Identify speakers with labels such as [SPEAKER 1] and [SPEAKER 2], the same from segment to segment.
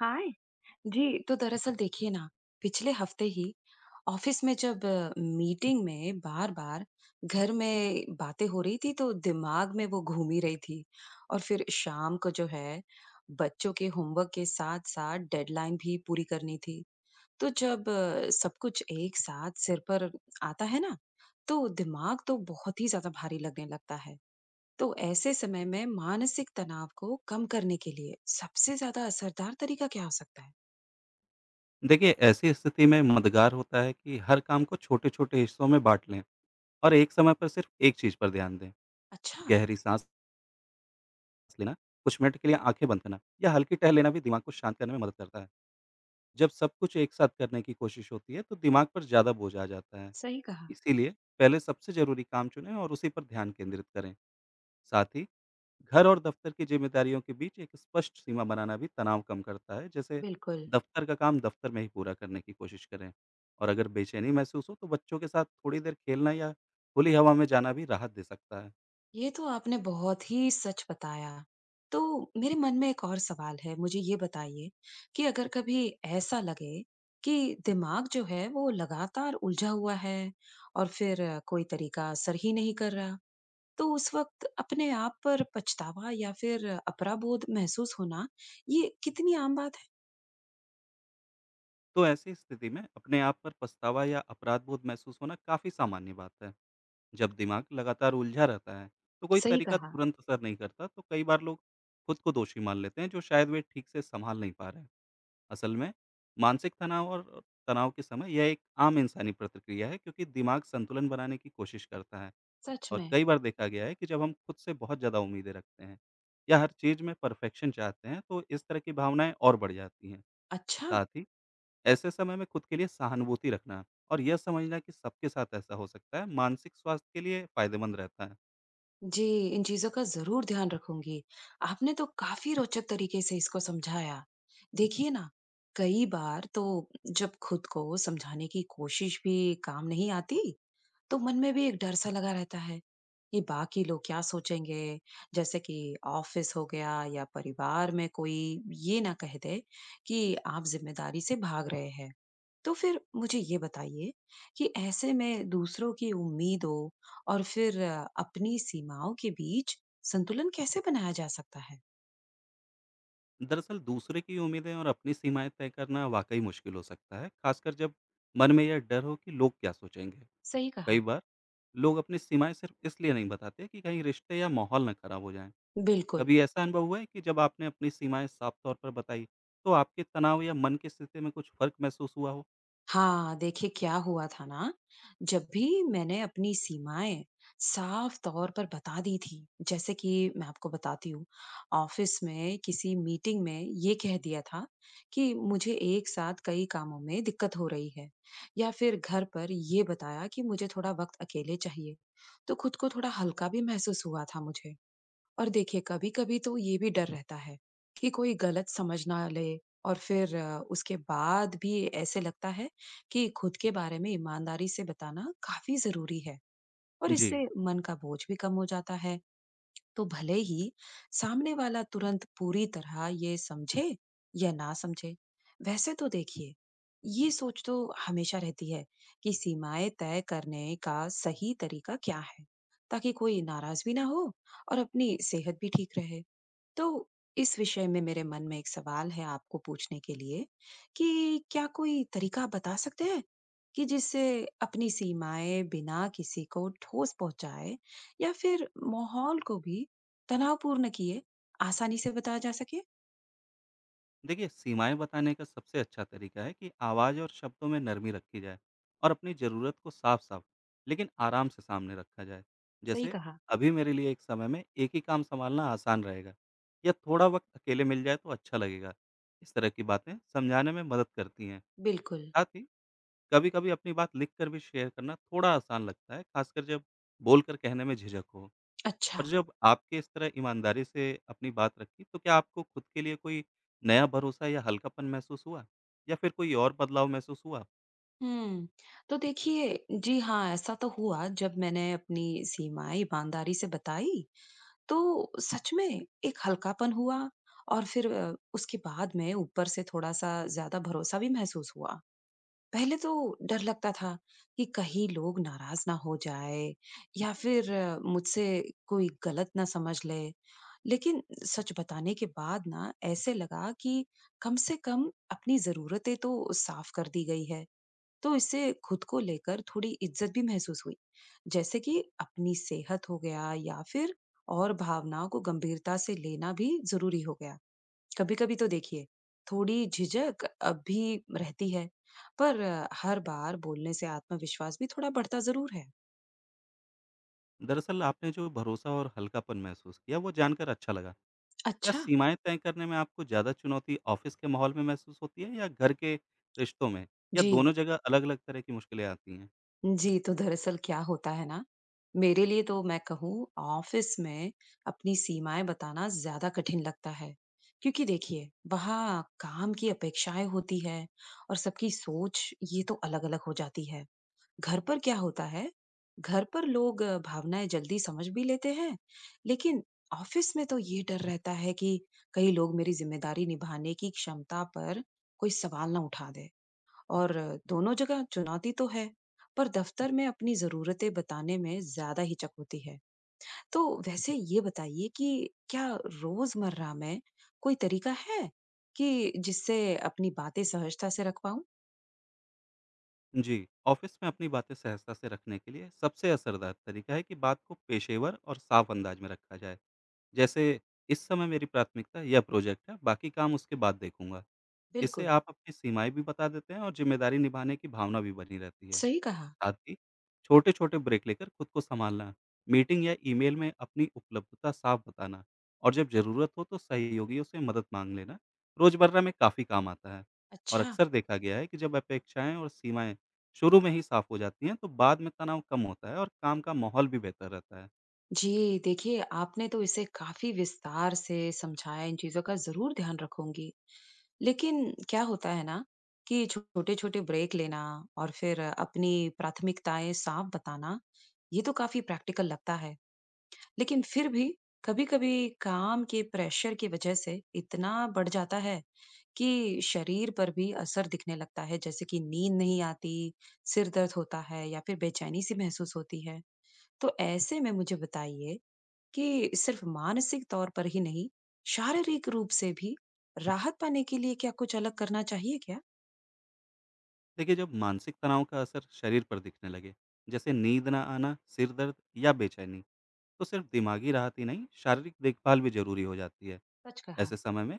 [SPEAKER 1] हाय। जी, तो दरअसल देखिए ना, पिछले हफ्ते ही ऑफिस में जब मीटिंग में बार बार घर में बातें हो रही थी तो दिमाग में वो घूम ही रही थी। और फिर शाम को जो है, बच्चों के होमवर्क के साथ साथ डेडलाइन भी पूरी करनी थी। तो जब सब कुछ एक साथ सिर पर आता है ना, तो दिमाग तो बहुत ही ज्यादा भारी लगने लगता है। तो ऐसे समय में मानसिक तनाव को कम करने के लिए सबसे ज्यादा असरदार तरीका क्या हो सकता है?
[SPEAKER 2] देखिए, ऐसी स्थिति में मददगार होता है कि हर काम को छोटे छोटे हिस्सों में बांट लें और एक समय पर सिर्फ एक चीज पर ध्यान दें।
[SPEAKER 1] अच्छा।
[SPEAKER 2] गहरी सांस लेना, कुछ मिनट के लिए आंखें बंद करना या हल्की टहल लेना भी दिमाग को शांत करने में मदद करता है। जब सब कुछ एक साथ करने की कोशिश होती है तो दिमाग पर ज्यादा बोझ आ जाता है।
[SPEAKER 1] सही कहा।
[SPEAKER 2] इसीलिए पहले सबसे जरूरी काम चुनें और उसी पर ध्यान केंद्रित करें। साथ ही घर और दफ्तर की जिम्मेदारियों के बीच एक स्पष्ट सीमा बनाना भी तनाव कम करता है। जैसे
[SPEAKER 1] बिल्कुल।
[SPEAKER 2] दफ्तर का काम दफ्तर में ही पूरा करने की कोशिश करें, और अगर बेचैनी महसूस हो तो बच्चों के साथ थोड़ी देर खेलना या खुली हवा में जाना भी राहत दे सकता है।
[SPEAKER 1] ये तो आपने बहुत ही सच बताया। तो मेरे मन में एक और सवाल है, मुझे ये बताइए कि अगर कभी ऐसा लगे कि दिमाग जो है वो लगातार उलझा हुआ है और फिर कोई तरीका असर ही नहीं कर रहा, तो उस वक़्त अपने आप पर पछतावा या फिर अपराध बोध महसूस होना, ये कितनी आम बात है?
[SPEAKER 2] तो ऐसी स्थिति में अपने आप पर पछतावा या अपराध बोध महसूस होना काफ़ी सामान्य बात है। जब दिमाग लगातार उलझा रहता है तो कोई
[SPEAKER 1] सही
[SPEAKER 2] तरीका
[SPEAKER 1] कहा।
[SPEAKER 2] तुरंत असर नहीं करता, तो कई बार लोग खुद को दोषी मान लेते हैं जो शायद वे ठीक से संभाल नहीं पा रहे। असल में मानसिक तनाव और तनाव के समय यह एक आम इंसानी प्रतिक्रिया है, क्योंकि दिमाग संतुलन बनाने की कोशिश करता है।
[SPEAKER 1] सच
[SPEAKER 2] और
[SPEAKER 1] में।
[SPEAKER 2] कई बार देखा गया है कि जब हम खुद से बहुत ज़्यादा उम्मीदें रखते हैं या हर चीज़ में परफेक्शन चाहते हैं तो इस तरह की भावनाएं और बढ़ जाती हैं।
[SPEAKER 1] अच्छा।
[SPEAKER 2] साथ ही ऐसे समय में खुद के लिए सहानुभूति रखना और यह समझना कि सबके साथ ऐसा हो सकता है, मानसिक स्वास्थ्य के लिए फायदेमंद रहता है।
[SPEAKER 1] जी, इन चीज़ों का ज़रूर ध्यान रखूंगी। आपने तो काफ़ी रोचक तरीके से इसको समझाया। देखिए ना, कई बार तो जब खुद को समझाने की कोशिश भी काम नहीं आती, तो मन में भी एक डर सा लगा रहता है कि बाकी लोग क्या सोचेंगे। जैसे कि ऑफिस हो गया या परिवार में कोई ये ना कह दे कि आप जिम्मेदारी से भाग रहे हैं। तो फिर मुझे ये बताइए कि ऐसे में दूसरों की उम्मीदों और फिर अपनी सीमाओं के बीच संतुलन कैसे बनाया जा सकता है?
[SPEAKER 2] दरअसल दूसरे की उम्मीदें और अपनी सीमाएं तय करना वाकई मुश्किल हो सकता है, खासकर जब मन में यह डर हो कि लोग क्या सोचेंगे।
[SPEAKER 1] सही
[SPEAKER 2] कई
[SPEAKER 1] कहा।
[SPEAKER 2] बार लोग अपनी सीमाएँ सिर्फ इसलिए नहीं बताते कि कहीं रिश्ते या माहौल ना खराब हो जाए।
[SPEAKER 1] बिल्कुल।
[SPEAKER 2] कभी ऐसा अनुभव हुआ है कि जब आपने अपनी सीमाएँ साफ तौर पर बताई, तो आपके तनाव या मन की स्थिति में कुछ फ़र्क महसूस हुआ हो?
[SPEAKER 1] हाँ, देखिए क्या हुआ था ना, जब भी मैंने अपनी सीमाएं साफ तौर पर बता दी थी, जैसे कि मैं आपको बताती हूँ, ऑफिस में किसी मीटिंग में ये कह दिया था कि मुझे एक साथ कई कामों में दिक्कत हो रही है, या फिर घर पर ये बताया कि मुझे थोड़ा वक्त अकेले चाहिए, तो खुद को थोड़ा हल्का भी महसूस हुआ था मुझे। और देखिए कभी-कभी तो ये भी डर रहता है कि कोई गलत समझ ना ले। और फिर उसके बाद भी ऐसे लगता है कि खुद के बारे में ईमानदारी से बताना काफी जरूरी है और
[SPEAKER 2] जी।
[SPEAKER 1] इससे मन का बोझ भी कम हो जाता है, तो भले ही सामने वाला तुरंत पूरी तरह ये समझे या ना समझे। वैसे तो देखिए, ये सोच तो हमेशा रहती है कि सीमाएं तय करने का सही तरीका क्या है ताकि कोई नाराज भी ना हो और अपनी सेहत भी ठीक रहे। तो इस विषय में मेरे मन में एक सवाल है आपको पूछने के लिए, कि क्या कोई तरीका आप बता सकते हैं कि जिससे अपनी सीमाएं बिना किसी को ठोस पहुंचाए या फिर माहौल को भी तनावपूर्ण किए आसानी से बताया जा सके?
[SPEAKER 2] देखिए, सीमाएँ बताने का सबसे अच्छा तरीका है कि आवाज़ और शब्दों में नरमी रखी जाए और अपनी ज़रूरत को साफ-साफ, लेकिन आराम से सामने रखा जाए।
[SPEAKER 1] सही
[SPEAKER 2] जैसे,
[SPEAKER 1] कहा।
[SPEAKER 2] "अभी मेरे लिए एक समय में एक ही काम सँभालना आसान रहेगा" या "थोड़ा वक़्त अकेले मिल जाए तो अच्छा लगेगा।" इस तरह की बातें समझाने में मदद करती हैं।
[SPEAKER 1] बिल्कुल।
[SPEAKER 2] साथ ही कभी-कभी अपनी बात लिखकर भी शेयर करना थोड़ा आसान लगता है, खासकर जब बोलकर कहने में झिझक हो।
[SPEAKER 1] अच्छा।
[SPEAKER 2] और जब आपके इस तरह ईमानदारी से अपनी बात रखी, तो क्या आपको खुद के लिए कोई नया भरोसा या हल्कापन महसूस हुआ? या फिर कोई और बदलाव महसूस हुआ?
[SPEAKER 1] हम्म तो देखिए, जी हाँ, ऐसा तो हुआ जब मैंने अपनी सीमाएं ईमानदारी से बताई तो सच में एक हल्कापन हुआ। और फिर उसके बाद में ऊपर से थोड़ा-सा ज़्यादा भरोसा भी महसूस हुआ। पहले तो डर लगता था कि कहीं लोग नाराज़ ना हो जाए या फिर मुझसे कोई गलत ना समझ ले। लेकिन सच बताने के बाद ना ऐसे लगा कि कम से कम अपनी ज़रूरतें तो साफ़ कर दी गई है। तो इससे खुद को लेकर थोड़ी इज्जत भी महसूस हुई, जैसे कि अपनी सेहत हो गया या फिर और भावनाओं को गंभीरता से लेना भी जरूरी हो गया। कभी कभी तो देखिए थोड़ी झिझक अब भी रहती है, पर हर बार बोलने से आत्मविश्वास भी थोड़ा बढ़ता जरूर है।
[SPEAKER 2] दरअसल आपने जो भरोसा और हल्कापन महसूस किया, वो जानकर अच्छा लगा। क्या
[SPEAKER 1] अच्छा।
[SPEAKER 2] सीमाएँ तय करने में आपको ज़्यादा चुनौती ऑफ़िस के माहौल में महसूस होती है या घर के रिश्तों में? या
[SPEAKER 1] जी।
[SPEAKER 2] दोनों जगह अलग-अलग तरह की मुश्किलें आती हैं?
[SPEAKER 1] जी, तो दरअसल क्या होता है ना, मेरे लिए तो मैं कहूँ ऑफ़िस में अपनी सीमाएँ बताना ज़्यादा कठिन लगता है। क्योंकि देखिए, वहाँ काम की अपेक्षाएँ होती हैं और सबकी सोच ये तो अलग-अलग हो जाती है। घर पर क्या होता है, घर पर लोग भावनाएँ जल्दी समझ भी लेते हैं, लेकिन ऑफ़िस में तो ये डर रहता है कि कहीं लोग मेरी ज़िम्मेदारी निभाने की क्षमता पर कोई सवाल ना उठा दें। और दोनों जगह चुनौती तो है, पर दफ्तर में अपनी ज़रूरतें बताने में ज़्यादा हिचक होती है। तो वैसे ये बताइए कि क्या रोज़मर्रा में कोई तरीका है कि जिससे अपनी बातें सहजता से रख पाऊँ?
[SPEAKER 2] जी, ऑफिस में अपनी बातें सहजता से रखने के लिए सबसे असरदार तरीका है कि बात को पेशेवर और साफ अंदाज में रखा जाए। जैसे, इस समय मेरी प्राथमिकता यह प्रोजेक्ट है, बाकी काम उसके बाद देखूँगा। इससे
[SPEAKER 1] बिल्कुल।
[SPEAKER 2] आप अपनी सीमाएँ भी बता देते हैं और जिम्मेदारी निभाने की भावना भी बनी रहती है।
[SPEAKER 1] सही कहा।
[SPEAKER 2] साथ ही छोटे-छोटे ब्रेक लेकर खुद को सँभालना, मीटिंग या ईमेल में अपनी उपलब्धता साफ बताना और जब ज़रूरत हो तो सहयोगियों से मदद माँग लेना, रोज़मर्रा में काफ़ी काम आता है। और
[SPEAKER 1] अच्छा।
[SPEAKER 2] अक्सर देखा गया है कि जब अपेक्षाएँ और सीमाएँ शुरू में ही साफ हो जाती हैं, तो बाद में तनाव कम होता है और काम का माहौल भी बेहतर रहता है।
[SPEAKER 1] जी, देखिए आपने तो इसे काफ़ी विस्तार से समझाया, इन चीज़ों का ज़रूर ध्यान रखूँगी। लेकिन क्या होता है ना कि छोटे-छोटे ब्रेक लेना और फिर अपनी प्राथमिकताएँ साफ बताना, ये तो काफ़ी प्रैक्टिकल लगता है। लेकिन फिर भी कभी-कभी काम के प्रेशर की वज़ह से इतना बढ़ जाता है कि शरीर पर भी असर दिखने लगता है, जैसे कि नींद नहीं आती, सिर दर्द होता है या फिर बेचैनी-सी महसूस होती है। तो ऐसे में मुझे बताइए कि सिर्फ मानसिक तौर पर ही नहीं, शारीरिक रूप से भी राहत पाने के लिए क्या कुछ अलग करना चाहिए क्या?
[SPEAKER 2] देखिए, जब मानसिक तनाव का असर शरीर पर दिखने लगे, जैसे नींद ना आना, सिर दर्द या बेचैनी, तो सिर्फ दिमागी राहत ही नहीं, शारीरिक देखभाल भी ज़रूरी हो जाती है।
[SPEAKER 1] सच कहा।
[SPEAKER 2] ऐसे समय में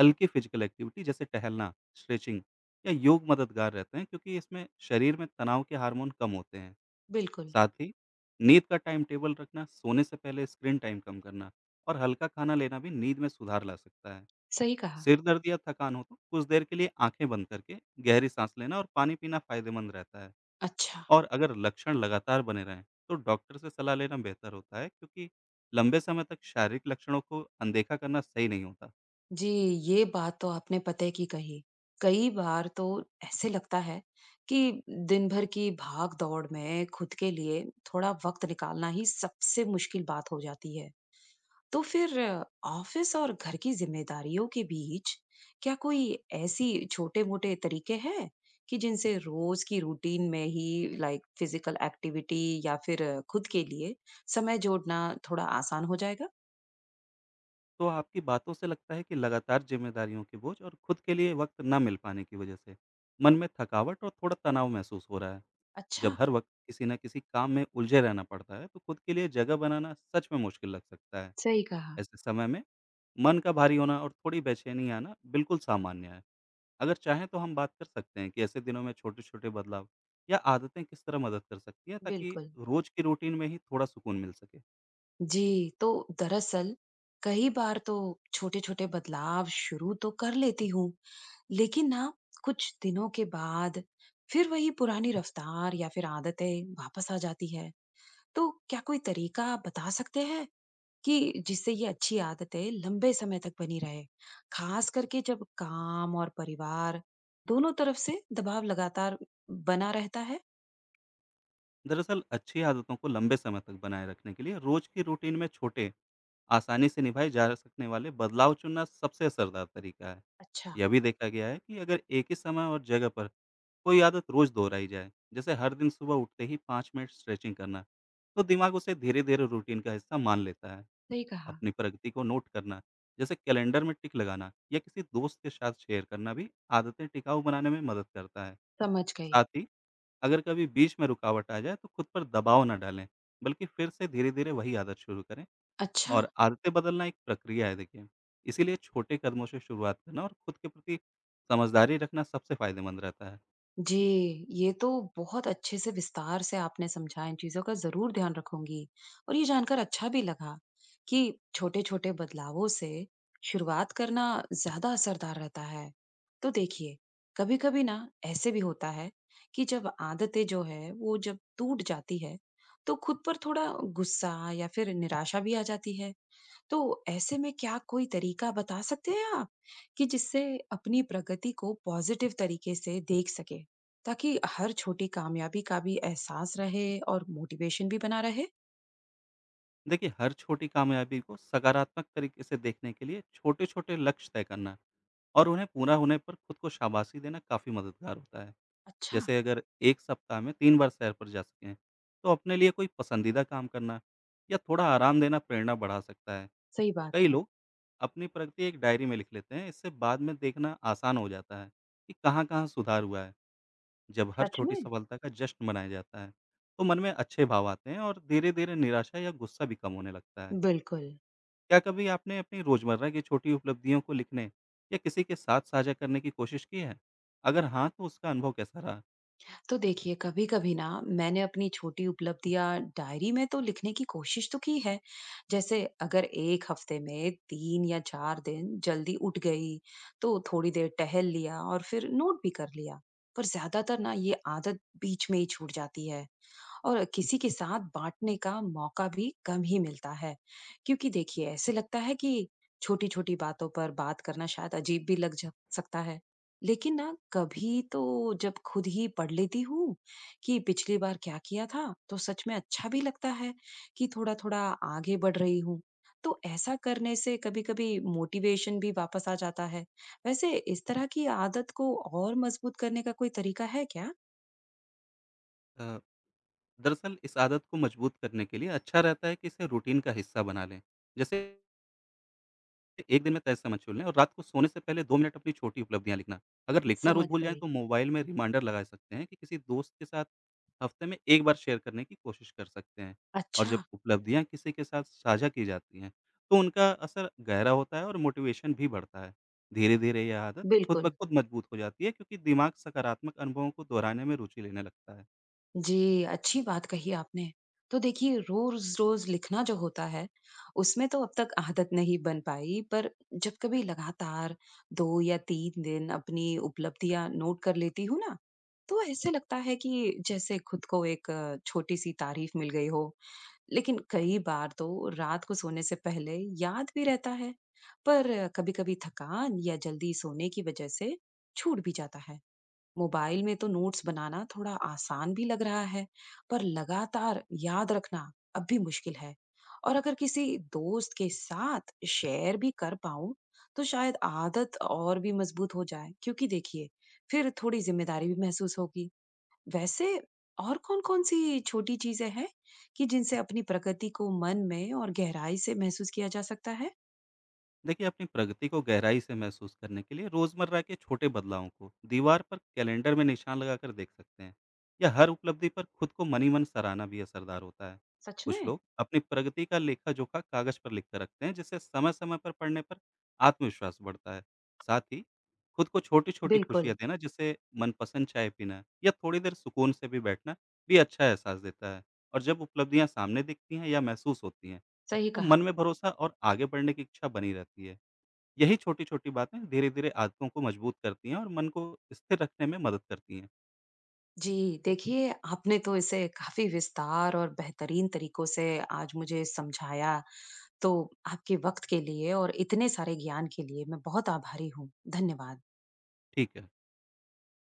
[SPEAKER 2] हल्की फिजिकल एक्टिविटी जैसे टहलना, स्ट्रेचिंग या योग मददगार रहते हैं, क्योंकि इसमें शरीर में तनाव के हार्मोन कम होते हैं।
[SPEAKER 1] बिल्कुल।
[SPEAKER 2] साथ ही नींद का टाइम टेबल रखना, सोने से पहले स्क्रीन टाइम कम करना और हल्का खाना लेना भी नींद में सुधार ला सकता है।
[SPEAKER 1] सही कहा।
[SPEAKER 2] सिर दर्द या थकान हो तो कुछ देर के लिए आंखें बंद करके गहरी सांस लेना और पानी पीना फायदेमंद रहता है।
[SPEAKER 1] अच्छा।
[SPEAKER 2] और अगर लक्षण लगातार बने रहें तो डॉक्टर से सलाह लेना बेहतर होता है, क्योंकि लंबे समय तक शारीरिक लक्षणों को अनदेखा करना सही नहीं होता।
[SPEAKER 1] जी, ये बात तो आपने पते की कही। कई बार तो ऐसे लगता है कि दिन भर की भाग-दौड़ में खुद के लिए थोड़ा वक्त निकालना ही सबसे मुश्किल बात हो जाती है। तो फिर ऑफिस और घर की जिम्मेदारियों के बीच क्या कोई ऐसी छोटे-मोटे तरीके हैं कि जिनसे रोज की रूटीन में ही लाइक फिजिकल एक्टिविटी या फिर खुद के लिए समय जोड़ना थोड़ा आसान हो जाएगा?
[SPEAKER 2] तो आपकी बातों से लगता है कि लगातार जिम्मेदारियों के बोझ और खुद के लिए वक्त ना मिल पाने की वजह से मन में थकावट और थोड़ा तनाव महसूस हो रहा है।
[SPEAKER 1] अच्छा।
[SPEAKER 2] जब हर वक्त किसी न किसी काम में उलझे रहना पड़ता है, तो खुद के लिए जगह बनाना सच में मुश्किल लग सकता है।
[SPEAKER 1] सही कहा।
[SPEAKER 2] ऐसे समय में मन का भारी होना और थोड़ी बेचैनी आना बिल्कुल सामान्य है। अगर चाहें तो हम बात कर सकते हैं कि ऐसे दिनों में छोटे-छोटे बदलाव या आदतें किस तरह मदद कर सकती हैं, ताकि
[SPEAKER 1] बिल्कुल।
[SPEAKER 2] रोज की रूटीन में ही थोड़ा सुकून मिल सके।
[SPEAKER 1] जी, तो दरअसल कई बार तो छोटे-छोटे बदलाव शुरू तो कर लेती हूँ, लेकिन ना कुछ दिनों के बाद फिर वही पुरानी रफ्तार या फिर आदतें वापस आ जाती है। तो क्या कोई तरीका आप बता सकते हैं कि जिससे ये अच्छी आदतें लंबे समय तक बनी रहे, खास करके जब काम और परिवार दोनों तरफ से दबाव लगातार बना रहता है?
[SPEAKER 2] दरअसल अच्छी आदतों को लंबे समय तक बनाए रखने के लिए रोज की रूटीन में छोटे, आसानी से निभाए जा सकने वाले बदलाव चुनना सबसे असरदार तरीका है।
[SPEAKER 1] अच्छा।
[SPEAKER 2] यह भी देखा गया है कि अगर एक ही समय और जगह पर कोई आदत रोज दोहराई जाए, जैसे हर दिन सुबह उठते ही पाँच मिनट स्ट्रेचिंग करना, तो दिमाग उसे धीरे धीरे रूटीन का हिस्सा मान लेता है।
[SPEAKER 1] सही कहा।
[SPEAKER 2] अपनी प्रगति को नोट करना, जैसे कैलेंडर में टिक लगाना या किसी दोस्त के साथ शेयर करना भी आदतें टिकाऊ बनाने में मदद करता है।
[SPEAKER 1] समझ गई।
[SPEAKER 2] साथ ही अगर कभी बीच में रुकावट आ जाए तो खुद पर दबाव ना डालें, बल्कि फिर से धीरे-धीरे वही आदत शुरू करें।
[SPEAKER 1] अच्छा।
[SPEAKER 2] और आदतें बदलना एक प्रक्रिया है देखिए। इसीलिए छोटे कदमों से शुरुआत करना और खुद के प्रति समझदारी रखना सबसे फ़ायदेमंद रहता है।
[SPEAKER 1] जी, ये तो बहुत अच्छे से विस्तार से आपने समझा, इन चीज़ों का ज़रूर ध्यान रखूँगी। और ये जानकर अच्छा भी लगा कि छोटे-छोटे बदलावों से शुरुआत करना ज़्यादा असरदार रहता है। तो देखिए, कभी-कभी ना ऐसे भी होता है कि जब आदतें जो है वो जब टूट जाती है, तो खुद पर थोड़ा गुस्सा या फिर निराशा भी आ जाती है। तो ऐसे में क्या कोई तरीका बता सकते हैं आप कि जिससे अपनी प्रगति को पॉजिटिव तरीके से देख सके ताकि हर छोटी कामयाबी का भी एहसास रहे और मोटिवेशन भी बना रहे?
[SPEAKER 2] देखिए, हर छोटी कामयाबी को सकारात्मक तरीके से देखने के लिए छोटे-छोटे लक्ष्य तय करना और उन्हें पूरा होने पर खुद को शाबाशी देना काफ़ी मददगार होता है।
[SPEAKER 1] अच्छा।
[SPEAKER 2] जैसे अगर 1 सप्ताह में 3 बार सैर पर जा सकें, तो अपने लिए कोई पसंदीदा काम करना या थोड़ा आराम देना प्रेरणा बढ़ा सकता है।
[SPEAKER 1] सही बात
[SPEAKER 2] कई
[SPEAKER 1] है।
[SPEAKER 2] लोग अपनी प्रगति एक डायरी में लिख लेते हैं, इससे बाद में देखना आसान हो जाता है कि कहाँ कहाँ सुधार हुआ है। जब हर
[SPEAKER 1] सच
[SPEAKER 2] छोटी
[SPEAKER 1] में।
[SPEAKER 2] सफलता का जश्न मनाया जाता है तो मन में अच्छे भाव आते हैं और धीरे धीरे निराशा या गुस्सा भी कम होने लगता है।
[SPEAKER 1] बिल्कुल।
[SPEAKER 2] क्या कभी आपने अपनी रोजमर्रा की छोटी उपलब्धियों को लिखने या किसी के साथ साझा करने की कोशिश की है? अगर हाँ, तो उसका अनुभव कैसा रहा?
[SPEAKER 1] तो देखिए, कभी-कभी ना मैंने अपनी छोटी उपलब्धियां डायरी में तो लिखने की कोशिश तो की है। जैसे अगर एक हफ्ते में तीन या चार दिन जल्दी उठ गई तो थोड़ी देर टहल लिया और फिर नोट भी कर लिया, पर ज्यादातर ना ये आदत बीच में ही छूट जाती है और किसी के साथ बांटने का मौका भी कम ही मिलता है, क्योंकि देखिए ऐसे लगता है कि छोटी छोटी बातों पर बात करना शायद अजीब भी लग जा सकता है। लेकिन ना, कभी तो जब खुद ही पढ़ लेती हूँ कि पिछली बार क्या किया था, तो सच में अच्छा भी लगता है कि थोड़ा-थोड़ा आगे बढ़ रही हूँ। तो ऐसा करने से कभी-कभी मोटिवेशन भी वापस आ जाता है। वैसे, इस तरह की आदत को और मजबूत करने का कोई तरीका है क्या?
[SPEAKER 2] अ, दरअसल इस आदत को मजबूत करने के लिए अच्छा रहता है कि इसे रूटीन का हिस्सा बना लें। जैसे एक दिन में तय समय चुन लें और रात को सोने से पहले 2 मिनट अपनी छोटी उपलब्धियाँ लिखना। अगर लिखना रोज़
[SPEAKER 1] समझ
[SPEAKER 2] भूल जाएँ
[SPEAKER 1] गई।
[SPEAKER 2] तो मोबाइल में रिमाइंडर लगा सकते हैं कि किसी दोस्त के साथ हफ्ते में 1 बार शेयर करने की कोशिश कर सकते हैं। और
[SPEAKER 1] अच्छा।
[SPEAKER 2] जब उपलब्धियाँ किसी के साथ साझा की जाती हैं, तो उनका असर गहरा होता है और मोटिवेशन भी बढ़ता है। धीरे-धीरे यह आदत खुद ब
[SPEAKER 1] बिल्कुल।
[SPEAKER 2] खुद मजबूत हो जाती है, क्योंकि दिमाग सकारात्मक अनुभवों को दोहराने में रुचि लेने लगता है।
[SPEAKER 1] जी, अच्छी बात कही आपने। तो देखिए, रोज़-रोज़ लिखना जो होता है, उसमें तो अब तक आदत नहीं बन पाई, पर जब कभी लगातार 2 या 3 दिन अपनी उपलब्धियाँ नोट कर लेती हूँ ना, तो ऐसे लगता है कि जैसे खुद को एक छोटी-सी तारीफ मिल गई हो। लेकिन कई बार तो रात को सोने से पहले याद भी रहता है, पर कभी-कभी थकान या जल्दी सोने की वजह से छूट भी जाता है। मोबाइल में तो नोट्स बनाना थोड़ा आसान भी लग रहा है, पर लगातार याद रखना अब भी मुश्किल है। और अगर किसी दोस्त के साथ शेयर भी कर पाऊं तो शायद आदत और भी मजबूत हो जाए, क्योंकि देखिए फिर थोड़ी जिम्मेदारी भी महसूस होगी। वैसे, और कौन कौन सी छोटी चीजें हैं कि जिनसे अपनी प्रगति को मन में और गहराई से महसूस किया जा सकता है?
[SPEAKER 2] देखिए, अपनी प्रगति को गहराई से महसूस करने के लिए रोजमर्रा के छोटे बदलावों को दीवार पर कैलेंडर में निशान लगाकर देख सकते हैं, या हर उपलब्धि पर खुद को मनी मन सराहना भी असरदार होता है।
[SPEAKER 1] सच
[SPEAKER 2] कुछ
[SPEAKER 1] में।
[SPEAKER 2] लोग अपनी प्रगति का लेखा जोखा कागज पर लिख कर रखते हैं, जिससे समय समय पर पढ़ने पर आत्मविश्वास बढ़ता है। साथ ही खुद को छोटी छोटी खुशियां
[SPEAKER 1] बिल्कुल।
[SPEAKER 2] देना, जैसे मनपसंद चाय पीना या थोड़ी देर सुकून से भी बैठना, भी अच्छा एहसास देता है। और जब उपलब्धियां सामने दिखती हैं या महसूस होती हैं,
[SPEAKER 1] सही
[SPEAKER 2] तो मन
[SPEAKER 1] कहा।
[SPEAKER 2] में भरोसा और आगे बढ़ने की इच्छा बनी रहती है। यही छोटी-छोटी बातें धीरे-धीरे आदतों को मजबूत करती हैं और मन को स्थिर रखने में मदद करती हैं।
[SPEAKER 1] जी, देखिए आपने तो इसे काफ़ी विस्तार और बेहतरीन तरीकों से आज मुझे समझाया, तो आपके वक़्त के लिए और इतने सारे ज्ञान के लिए मैं बहुत आभारी हूँ। धन्यवाद।
[SPEAKER 2] ठीक है।